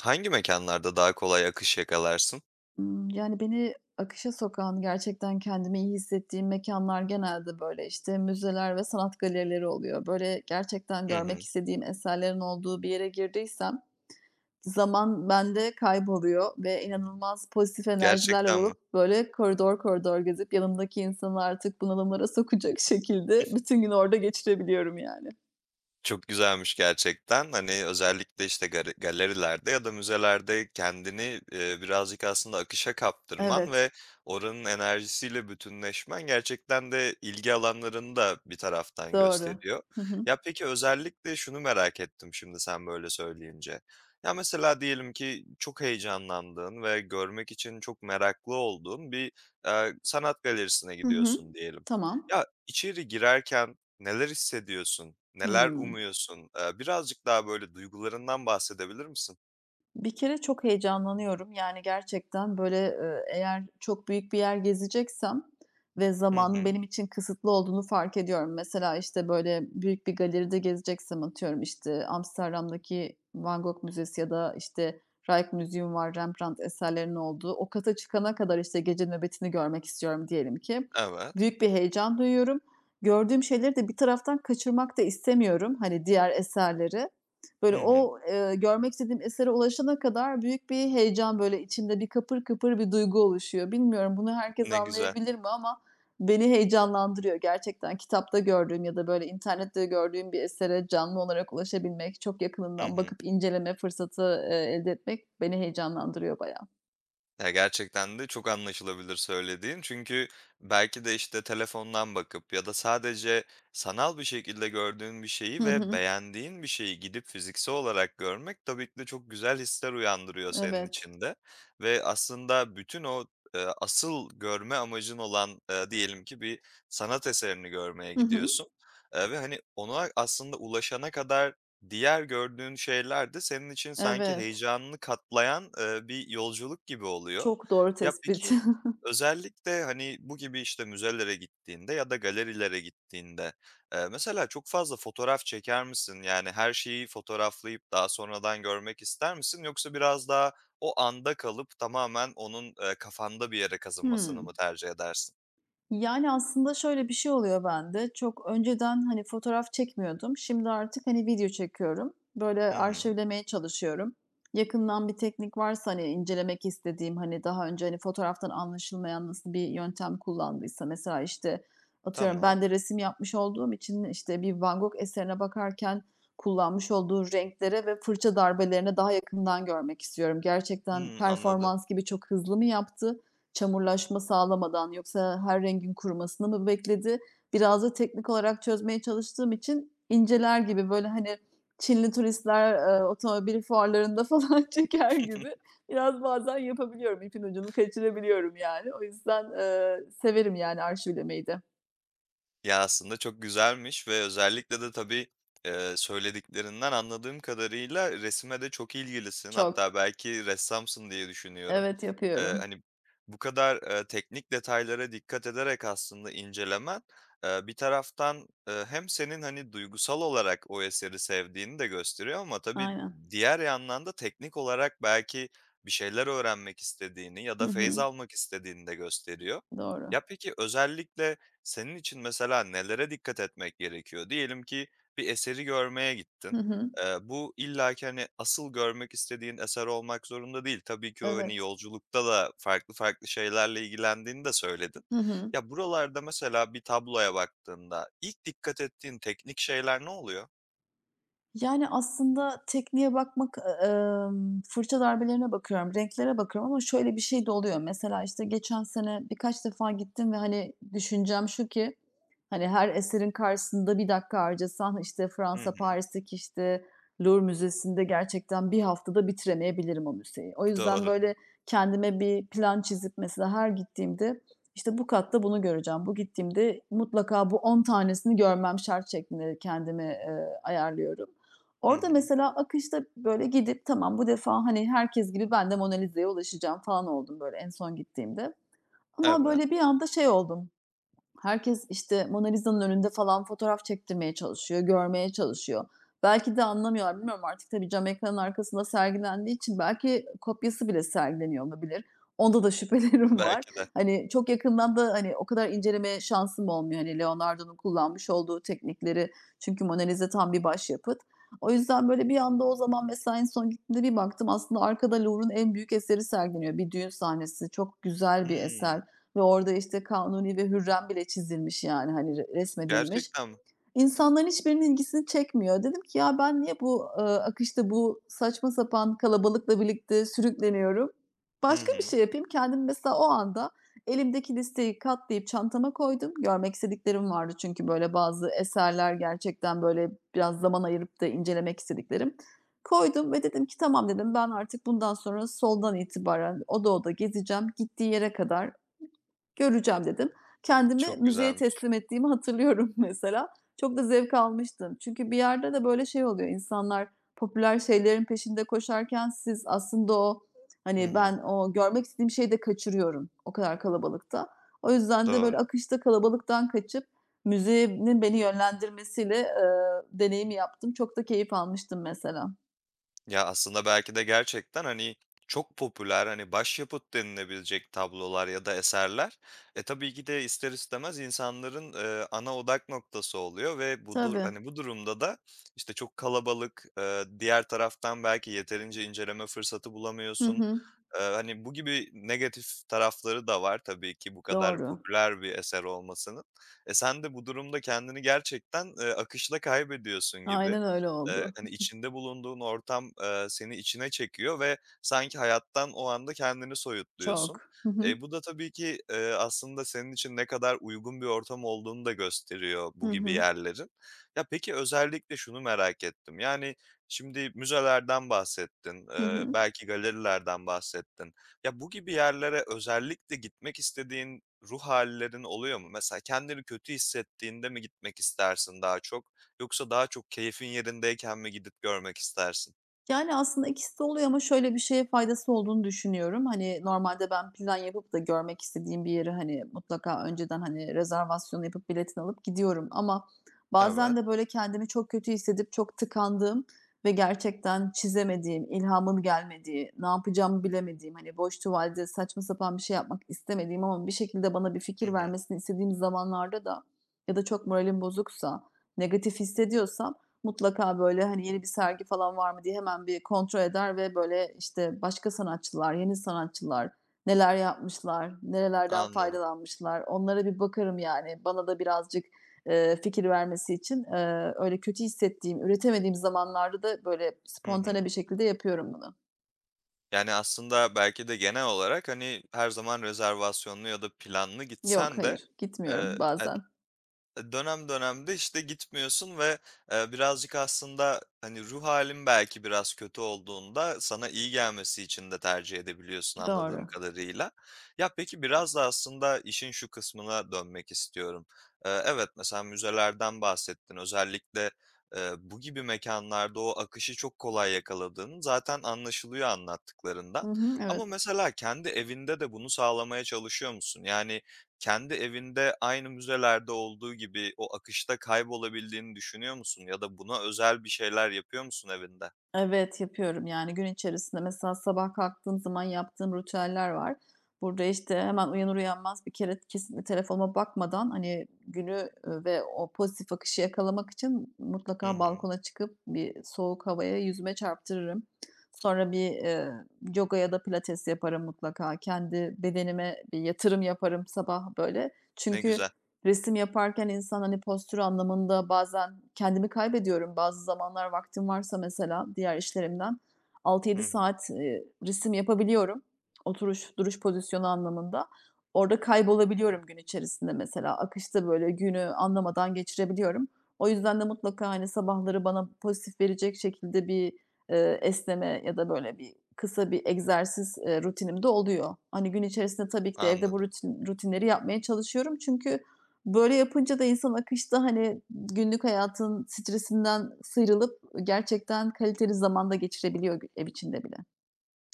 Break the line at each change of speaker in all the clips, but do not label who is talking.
Hangi mekânlarda daha kolay akış yakalarsın?
Yani, beni akışa sokan, gerçekten kendimi iyi hissettiğim mekanlar genelde, böyle, işte, müzeler ve sanat galerileri oluyor. Böyle, gerçekten
Hı hı.
görmek istediğim eserlerin olduğu bir yere girdiysem zaman bende kayboluyor ve inanılmaz pozitif enerjilerle
Gerçekten mi?
dolup, böyle, koridor koridor gezip yanımdaki insanı artık bunalımlara sokacak şekilde bütün gün orada geçirebiliyorum, yani.
Çok güzelmiş gerçekten. Hani, özellikle, işte, galerilerde ya da müzelerde kendini, birazcık aslında akışa kaptırman
Evet,
ve oranın enerjisiyle bütünleşmen gerçekten de ilgi alanlarını da bir taraftan
doğru.
gösteriyor.
Hı hı.
Ya, peki, özellikle şunu merak ettim şimdi sen böyle söyleyince. Ya, mesela diyelim ki çok heyecanlandığın ve görmek için çok meraklı olduğun bir, sanat galerisine
Hı hı.
gidiyorsun diyelim.
Tamam.
Ya, içeri girerken neler hissediyorsun? Neler
Hıı.
umuyorsun? Birazcık daha böyle duygularından bahsedebilir misin?
Bir kere çok heyecanlanıyorum. Yani, gerçekten, böyle, eğer çok büyük bir yer gezeceksem ve
Hı
zamanın
hı.
benim için kısıtlı olduğunu fark ediyorum. Mesela, işte, böyle, büyük bir galeride gezeceksem, atıyorum, işte, Amsterdam'daki Van Gogh Müzesi ya da, işte, Rijksmuseum var, Rembrandt eserlerinin olduğu. O kata çıkana kadar, işte, gece nöbetini görmek istiyorum diyelim ki.
Evet.
Büyük bir heyecan duyuyorum. Gördüğüm şeyleri de bir taraftan kaçırmak da istemiyorum, hani, diğer eserleri. Böyle
Hı hı.
o, görmek istediğim esere ulaşana kadar büyük bir heyecan, böyle, içimde bir kapır kıpır bir duygu oluşuyor. Bilmiyorum bunu herkes
Ne güzel.
anlayabilir mi ama beni heyecanlandırıyor. Gerçekten kitapta gördüğüm ya da, böyle, internette gördüğüm bir esere canlı olarak ulaşabilmek, çok
Hı
yakınından
hı.
bakıp inceleme fırsatı, elde etmek beni heyecanlandırıyor bayağı.
Ya, gerçekten de çok anlaşılabilir söylediğin. Çünkü belki de, işte, telefondan bakıp ya da sadece sanal bir şekilde gördüğün bir şeyi
Hı
ve
hı.
beğendiğin bir şeyi gidip fiziksel olarak görmek tabii ki de çok güzel hisler uyandırıyor senin
Evet.
içinde ve aslında bütün o, asıl görme amacın olan, diyelim ki bir sanat eserini görmeye
Hı hı.
gidiyorsun, ve, hani, ona aslında ulaşana kadar diğer gördüğün şeyler de senin için sanki
Evet.
heyecanını katlayan, bir yolculuk gibi oluyor.
Çok doğru
Ya,
tespit.
peki, özellikle, hani, bu gibi, işte, müzelere gittiğinde ya da galerilere gittiğinde, mesela çok fazla fotoğraf çeker misin? Yani, her şeyi fotoğraflayıp daha sonradan görmek ister misin? Yoksa biraz daha o anda kalıp tamamen onun, kafanda bir yere kazınmasını
Hıı.
mı tercih edersin?
Yani, aslında şöyle bir şey oluyor bende. Çok önceden, hani, fotoğraf çekmiyordum. Şimdi artık, hani, video çekiyorum. Böyle
Hı hı.
arşivlemeye çalışıyorum. Yakından bir teknik varsa, hani, incelemek istediğim, hani, daha önce, hani, fotoğraftan anlaşılmayan nasıl bir yöntem kullandıysa mesela, işte, atıyorum
Tamam.
ben de resim yapmış olduğum için, işte, bir Van Gogh eserine bakarken kullanmış olduğu renklere ve fırça darbelerine daha yakından görmek istiyorum. Gerçekten
Hımm, anladım.
performans gibi çok hızlı mı yaptı? Çamurlaşma sağlamadan yoksa her rengin kurumasını mı bekledi? Biraz da teknik olarak çözmeye çalıştığım için inceler gibi böyle, hani, Çinli turistler, otomobil fuarlarında falan çeker gibi biraz bazen yapabiliyorum. İpin ucunu kaçırabiliyorum yani. O yüzden, severim yani arşivlemeyi de.
Ya, aslında çok güzelmiş ve özellikle de tabii, söylediklerinden anladığım kadarıyla resime de çok ilgilisin. Hatta
Çok.
belki ressamsın diye düşünüyorum.
Evet, yapıyorum.
Hani, bu kadar, teknik detaylara dikkat ederek aslında incelemen, bir taraftan, hem senin, hani, duygusal olarak o eseri sevdiğini de gösteriyor ama tabii
Aynen.
diğer yandan da teknik olarak belki bir şeyler öğrenmek istediğini ya da
Hı
feyz
hı.
almak istediğini de gösteriyor.
Doğru.
Ya, peki özellikle senin için mesela nelere dikkat etmek gerekiyor? Diyelim ki bir eseri görmeye
Hı
gittin.
hı.
Bu illaki, hani, asıl görmek istediğin eser olmak zorunda değil. Tabii ki o, hani,
Evet.
yolculukta da farklı farklı şeylerle ilgilendiğini de söyledin.
Hı hı.
Ya, buralarda mesela bir tabloya baktığında ilk dikkat ettiğin teknik şeyler ne oluyor?
Yani, aslında tekniğe bakmak, fırça darbelerine bakıyorum, renklere bakıyorum ama şöyle bir şey de oluyor. Mesela, işte, geçen sene birkaç defa gittim ve, hani, düşüncem şu ki, hani, her eserin karşısında bir dakika harcasan, işte,
Hı
Fransa,
hı.
Paris'teki, işte, Louvre Müzesi'nde gerçekten 1 haftada bitiremeyebilirim o müzeyi. O yüzden,
Doğru.
böyle, kendime bir plan çizip mesela her gittiğimde, işte, bu katta bunu göreceğim, bu gittiğimde mutlaka bu 10 tanesini görmem şart şeklinde kendimi, ayarlıyorum.
Hı
Orada
hı.
mesela akışta böyle gidip tamam bu defa, hani, herkes gibi ben de Mona Lisa'ya ulaşacağım falan oldum böyle en son gittiğimde. Ama
Evet,
böyle bir anda şey oldum. Herkes, işte, Mona Lisa'nın önünde falan fotoğraf çektirmeye çalışıyor, görmeye çalışıyor. Belki de anlamıyorlar, bilmiyorum artık tabii cam ekranın arkasında sergilendiği için belki kopyası bile sergileniyor olabilir. Onda da şüphelerim var.
belki de.
Hani, çok yakından da, hani, o kadar inceleme şansım olmuyor, hani, Leonardo'nun kullanmış olduğu teknikleri, çünkü Mona Lisa tam bir başyapıt. O yüzden, böyle, bir anda o zaman mesela en son gittiğimde bir baktım aslında arkada Louvre'un en büyük eseri sergileniyor. Bir düğün sahnesi, çok güzel bir
Hımm.
eser. Ve orada, işte, Kanuni ve Hürrem bile çizilmiş, yani, hani, resmedilmiş.
Gerçekten mi?
İnsanların hiçbirinin ilgisini çekmiyor. Dedim ki, "Ya, ben niye bu, akışta, bu saçma sapan kalabalıkla birlikte sürükleniyorum?
Hı
Başka bir
hı.
şey yapayım." kendim. Mesela o anda elimdeki listeyi katlayıp çantama koydum. Görmek istediklerim vardı çünkü, böyle, bazı eserler gerçekten, böyle, biraz zaman ayırıp da incelemek istediklerim. Koydum ve dedim ki, "Tamam." dedim, "Ben artık bundan sonra soldan itibaren oda oda gezeceğim, gittiği yere kadar göreceğim," dedim. Kendimi
Çok
müzeye
güzelmiş.
teslim ettiğimi hatırlıyorum mesela. Çok da zevk almıştım. Çünkü bir yerde de böyle şey oluyor, insanlar popüler şeylerin peşinde koşarken siz aslında o,
Hı
hani,
hı.
ben o görmek istediğim şeyi de kaçırıyorum o kadar kalabalıkta. O yüzden de böyle
Doğru.
akışta kalabalıktan kaçıp müzenin beni yönlendirmesiyle, deneyimi yaptım. Çok da keyif almıştım mesela.
Ya, aslında belki de gerçekten, hani, çok popüler, hani, başyapıt denilebilecek tablolar ya da eserler, tabii ki de ister istemez insanların, ana odak noktası oluyor ve bu dur
Tabii.
hani, bu durumda da, işte, çok kalabalık, diğer taraftan belki yeterince inceleme fırsatı
Hı
bulamıyorsun.
hı.
Hani, bu gibi negatif tarafları da var tabii ki bu kadar
Doğru.
popüler bir eser olmasının. Sen de bu durumda kendini gerçekten, akışta kaybediyorsun gibi.
Aynen öyle oldu.
Hani, içinde bulunduğun ortam, seni içine çekiyor ve sanki hayattan o anda kendini soyutluyorsun.
Çok. Hı hı.
Bu da tabii ki, aslında senin için ne kadar uygun bir ortam olduğunu da gösteriyor
Hı
bu gibi
hı.
yerlerin. Ya, peki özellikle şunu merak ettim. Yani, şimdi müzelerden bahsettin,
Hı hı.
belki galerilerden bahsettin. Ya, bu gibi yerlere özellikle gitmek istediğin ruh hâllerin oluyor mu? Mesela kendini kötü hissettiğinde mi gitmek istersin daha çok, yoksa daha çok keyfin yerindeyken mi gidip görmek istersin?
Yani, aslında ikisi de oluyor ama şöyle bir şeye faydası olduğunu düşünüyorum. Hani, normalde ben plan yapıp da görmek istediğim bir yeri hani, mutlaka önceden, hani, rezervasyon yapıp biletini alıp gidiyorum ama
Evet.
bazen de, böyle, kendimi çok kötü hissedip çok tıkandığım ve gerçekten çizemediğim, ilhamım gelmediği, ne yapacağımı bilemediğim, hani, boş tuvalde saçma sapan bir şey yapmak istemediğim ama bir şekilde bana bir
Hı
fikir
hı,
vermesini istediğim zamanlarda da ya da çok moralim bozuksa, negatif hissediyorsam mutlaka böyle hani yeni bir sergi falan var mı diye hemen bir kontrol eder ve böyle işte başka sanatçılar, yeni sanatçılar neler yapmışlar, nerelerden
anladım.
faydalanmışlar onlara bir bakarım yani. Bana da birazcık, fikir vermesi için, öyle kötü hissettiğim, üretemediğim zamanlarda da böyle
Hı
spontane
hı.
bir şekilde yapıyorum bunu.
Yani, aslında belki de genel olarak, hani, her zaman rezervasyonlu ya da planlı
Yok,
gitsen de,
hayır,
e,
gitmiyorum bazen.
Dönem dönemde işte gitmiyorsun ve, birazcık aslında, hani, ruh halin belki biraz kötü olduğunda sana iyi gelmesi için de tercih edebiliyorsun anladığım
Doğru.
kadarıyla. Ya, peki biraz da aslında işin şu kısmına dönmek istiyorum. Evet, mesela müzelerden bahsettin. Özellikle, bu gibi mekânlarda o akışı çok kolay yakaladığın zaten anlaşılıyor anlattıklarından.
Hı hı,
Ama
evet.
mesela kendi evinde de bunu sağlamaya çalışıyor musun? Yani, kendi evinde aynı müzelerde olduğu gibi o akışta kaybolabildiğini düşünüyor musun ya da buna özel bir şeyler yapıyor musun evinde?
Evet, yapıyorum. Yani gün içerisinde mesela sabah kalktığım zaman yaptığım ritüeller var. Burada, işte, hemen uyanır uyanmaz bir kere kesinlikle telefonuma bakmadan, hani, günü, ve o pozitif akışı yakalamak için
Hı
mutlaka
hı.
balkona çıkıp bir soğuk havaya yüzüme çarptırırım. Sonra bir, yoga ya da pilates yaparım mutlaka. Kendi bedenime bir yatırım yaparım sabah, böyle.
Ne
Çünkü
güzel.
resim yaparken insan, hani, postür anlamında bazen kendimi kaybediyorum. Bazı zamanlar vaktim varsa mesela diğer işlerimden
Hı
6-7
hı.
saat, resim yapabiliyorum. Oturuş, duruş pozisyonu anlamında. Orada kaybolabiliyorum gün içerisinde mesela. Akışta böyle günü anlamadan geçirebiliyorum. O yüzden de mutlaka, hani, sabahları bana pozitif verecek şekilde bir, esneme ya da böyle bir kısa bir egzersiz, rutinim de oluyor. Hani, gün içerisinde tabii ki de evde bu
Anladım.
rutinleri yapmaya çalışıyorum. Çünkü böyle yapınca da insan akışta, hani, günlük hayatın stresinden sıyrılıp gerçekten kaliteli zaman da geçirebiliyor ev içinde bile.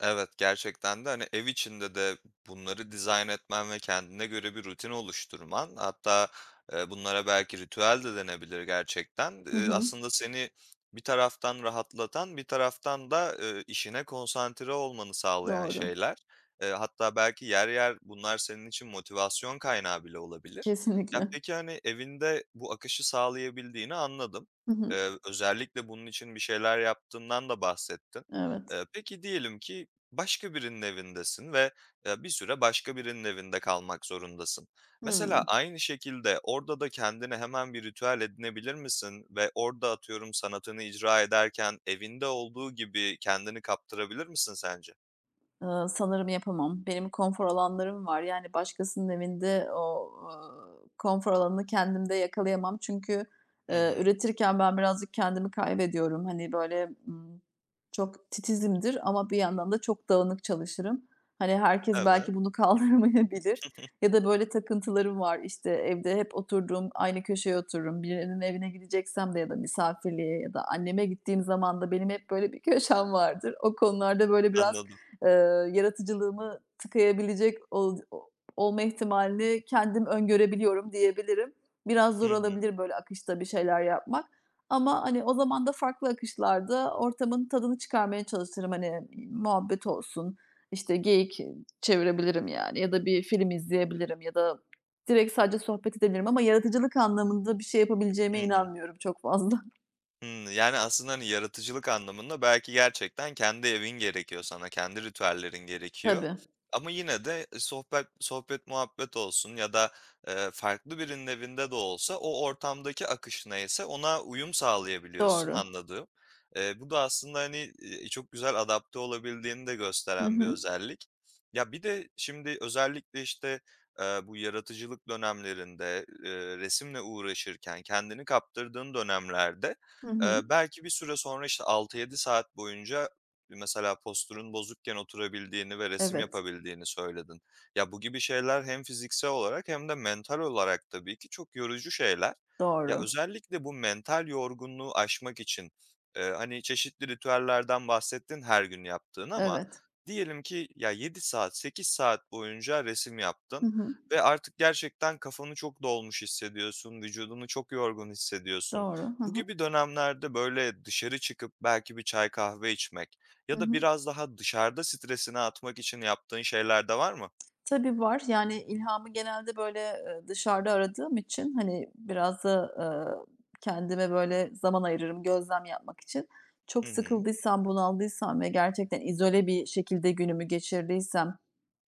Evet, gerçekten de, hani, ev içinde de bunları dizayn etmen ve kendine göre bir rutin oluşturman, hatta, bunlara belki ritüel de denebilir gerçekten.
Hı
Eee,
hı.
aslında seni bir taraftan rahatlatan, bir taraftan da, işine konsantre olmanı sağlayan
Doğru.
şeyler. Hatta belki yer yer bunlar senin için motivasyon kaynağı bile olabilir. Ya,
Kesinlikle.
peki, hani, evinde bu akışı sağlayabildiğini anladım.
Hı hı.
Özellikle bunun için bir şeyler yaptığından da bahsettin.
Evet.
Peki diyelim ki başka birinin evindesin ve, bir süre başka birinin evinde kalmak zorundasın. Mesela
Hıı.
aynı şekilde orada da kendine hemen bir ritüel edinebilir misin ve orada atıyorum sanatını icra ederken evinde olduğu gibi kendini kaptırabilir misin sence?
Sanırım yapamam. Benim konfor alanlarım var. Yani, başkasının evinde o, konfor alanını kendimde yakalayamam. Çünkü,
Hı hı.
üretirken ben birazcık kendimi kaybediyorum. Hani, böyle, çok titizimdir ama bir yandan da çok dağınık çalışırım. Hani, herkes
Evet.
belki bunu kaldırmayabilir ya da, böyle, takıntılarım var. İşte, evde hep oturduğum aynı köşeye otururum. Birinin evine gideceksem de ya da misafirliğe ya da anneme gittiğim zaman da benim hep böyle bir köşem vardır. O konularda, böyle, biraz
Anladım.
yaratıcılığımı tıkayabilecek olma ihtimalini kendim öngörebiliyorum diyebilirim. Biraz
Hı
zor
hı.
olabilir böyle akışta bir şeyler yapmak ama, hani, o zaman da farklı akışlarda ortamın tadını çıkarmaya çalışırım. Hani, muhabbet olsun, işte, geyik çevirebilirim yani ya da bir film izleyebilirim ya da direkt sadece sohbet edebilirim ama yaratıcılık anlamında bir şey
Hı
yapabileceğime
hı.
inanmıyorum çok fazla.
Hımm, yani, aslında, hani, yaratıcılık anlamında belki gerçekten kendi evin gerekiyor sana, kendi ritüellerin gerekiyor
Tabii,
ama yine de sohbet muhabbet olsun ya da, farklı birinin evinde de olsa o ortamdaki akış neyse ona uyum sağlayabiliyorsun
doğru.
anladığım. Bu da aslında, hani, çok güzel adapte olabildiğini de
Hı
gösteren bir
hı.
özellik. Ya, bir de şimdi özellikle, işte, bu yaratıcılık dönemlerinde, resimle uğraşırken kendini kaptırdığın dönemlerde
Hı hı.
Belki bir süre sonra, işte, 6-7 saat boyunca mesela posturun bozukken oturabildiğini ve resim
Evet,
yapabildiğini söyledin. Ya, bu gibi şeyler hem fiziksel olarak hem de mental olarak tabii ki çok yorucu şeyler. Ya,
doğru.
özellikle bu mental yorgunluğu aşmak için, hani, çeşitli ritüellerden bahsettin her gün yaptığın ama
Evet.
diyelim ki, ya, 7 saat, 8 saat boyunca resim
Hı
yaptın
hı.
ve artık gerçekten kafanı çok dolmuş hissediyorsun, vücudunu çok yorgun hissediyorsun.
Doğru. Hı
Bu
hı.
gibi dönemlerde, böyle, dışarı çıkıp belki bir çay kahve içmek ya
Hı
da
hı.
biraz daha dışarıda stresini atmak için yaptığın şeyler de var mı?
Tabii var. Yani ilhamı genelde böyle, dışarıda aradığım için, hani, biraz da, kendime böyle zaman ayırırım gözlem yapmak için. Çok
Hı hı.
sıkıldıysam, bunaldıysam ve gerçekten izole bir şekilde günümü geçirdiysem,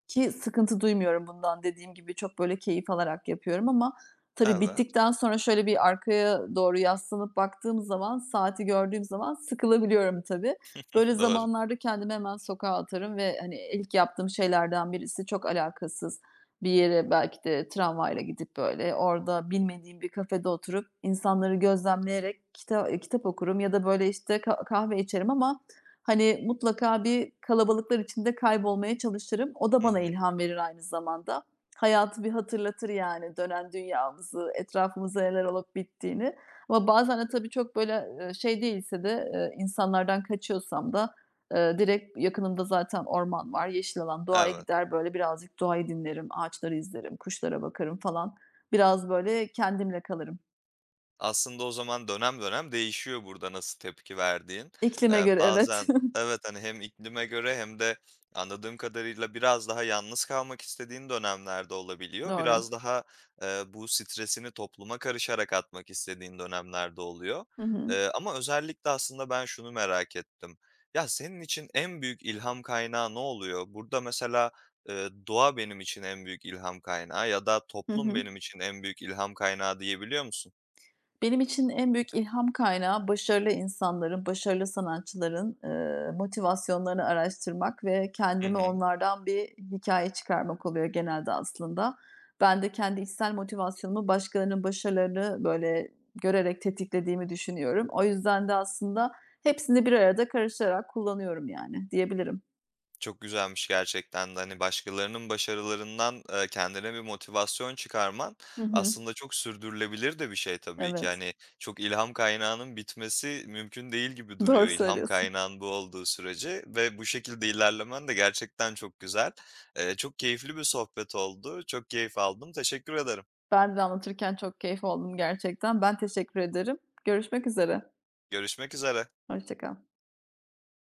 ki sıkıntı duymuyorum bundan dediğim gibi çok böyle keyif alarak yapıyorum ama tabii
Evet.
bittikten sonra şöyle bir arkaya doğru yaslanıp baktığım zaman, saati gördüğüm zaman sıkılabiliyorum tabii. Böyle
Doğru.
zamanlarda kendimi hemen sokağa atarım ve, hani, ilk yaptığım şeylerden birisi çok alakasız bir yere belki de tramvayla gidip, böyle, orada bilmediğim bir kafede oturup insanları gözlemleyerek kitap okurum ya da, böyle, işte, kahve içerim ama hani, mutlaka bir kalabalıklar içinde kaybolmaya çalışırım. O da
Hı
bana
hı.
ilham verir aynı zamanda. Hayatı bir hatırlatır, yani, dönen dünyamızı, etrafımızda neler olup bittiğini. Ama bazen de tabii çok, böyle, şey değilse de, insanlardan kaçıyorsam da, direkt yakınımda zaten orman var, yeşil alan, doğaya
Evet.
gider, böyle, birazcık doğayı dinlerim, ağaçları izlerim, kuşlara bakarım falan. Biraz, böyle, kendimle kalırım.
Aslında o zaman dönem dönem değişiyor burada nasıl tepki verdiğin.
İklime
Eee,
göre evet.
bazen evet, hani, hem iklime göre hem de anladığım kadarıyla biraz daha yalnız kalmak istediğin dönemlerde olabiliyor.
Doğru.
Biraz daha, bu stresini topluma karışarak atmak istediğin dönemlerde oluyor.
Hı hı.
Ama özellikle aslında ben şunu merak ettim. Ya, senin için en büyük ilham kaynağı ne oluyor? Burada mesela, doğa benim için en büyük ilham kaynağı ya da
Hı
toplum
hı.
benim için en büyük ilham kaynağı diyebiliyor musun?
Benim için en büyük ilham kaynağı başarılı insanların, başarılı sanatçıların, motivasyonlarını araştırmak ve
Hı
kendimi
hı.
onlardan bir hikaye çıkarmak oluyor genelde aslında. Ben de kendi içsel motivasyonumu başkalarının başarılarını, böyle, görerek tetiklediğimi düşünüyorum. O yüzden de aslında hepsini bir arada karıştırarak kullanıyorum, yani, diyebilirim.
Çok güzelmiş gerçekten de. Hani, başkalarının başarılarından, kendine bir motivasyon çıkarman
Hı hı.
aslında çok sürdürülebilir de bir şey tabii ki.
Evet,
Hani, çok ilham kaynağının bitmesi mümkün değil gibi duruyor,
doğru
ilham
söylüyorsun.
kaynağın bu olduğu sürece ve bu şekilde ilerlemen de gerçekten çok güzel. Çok keyifli bir sohbet oldu. Çok keyif aldım. Teşekkür ederim.
Ben de anlatırken çok keyif aldım gerçekten. Ben teşekkür ederim. Görüşmek üzere.
Görüşmek üzere.
Hoşça kal.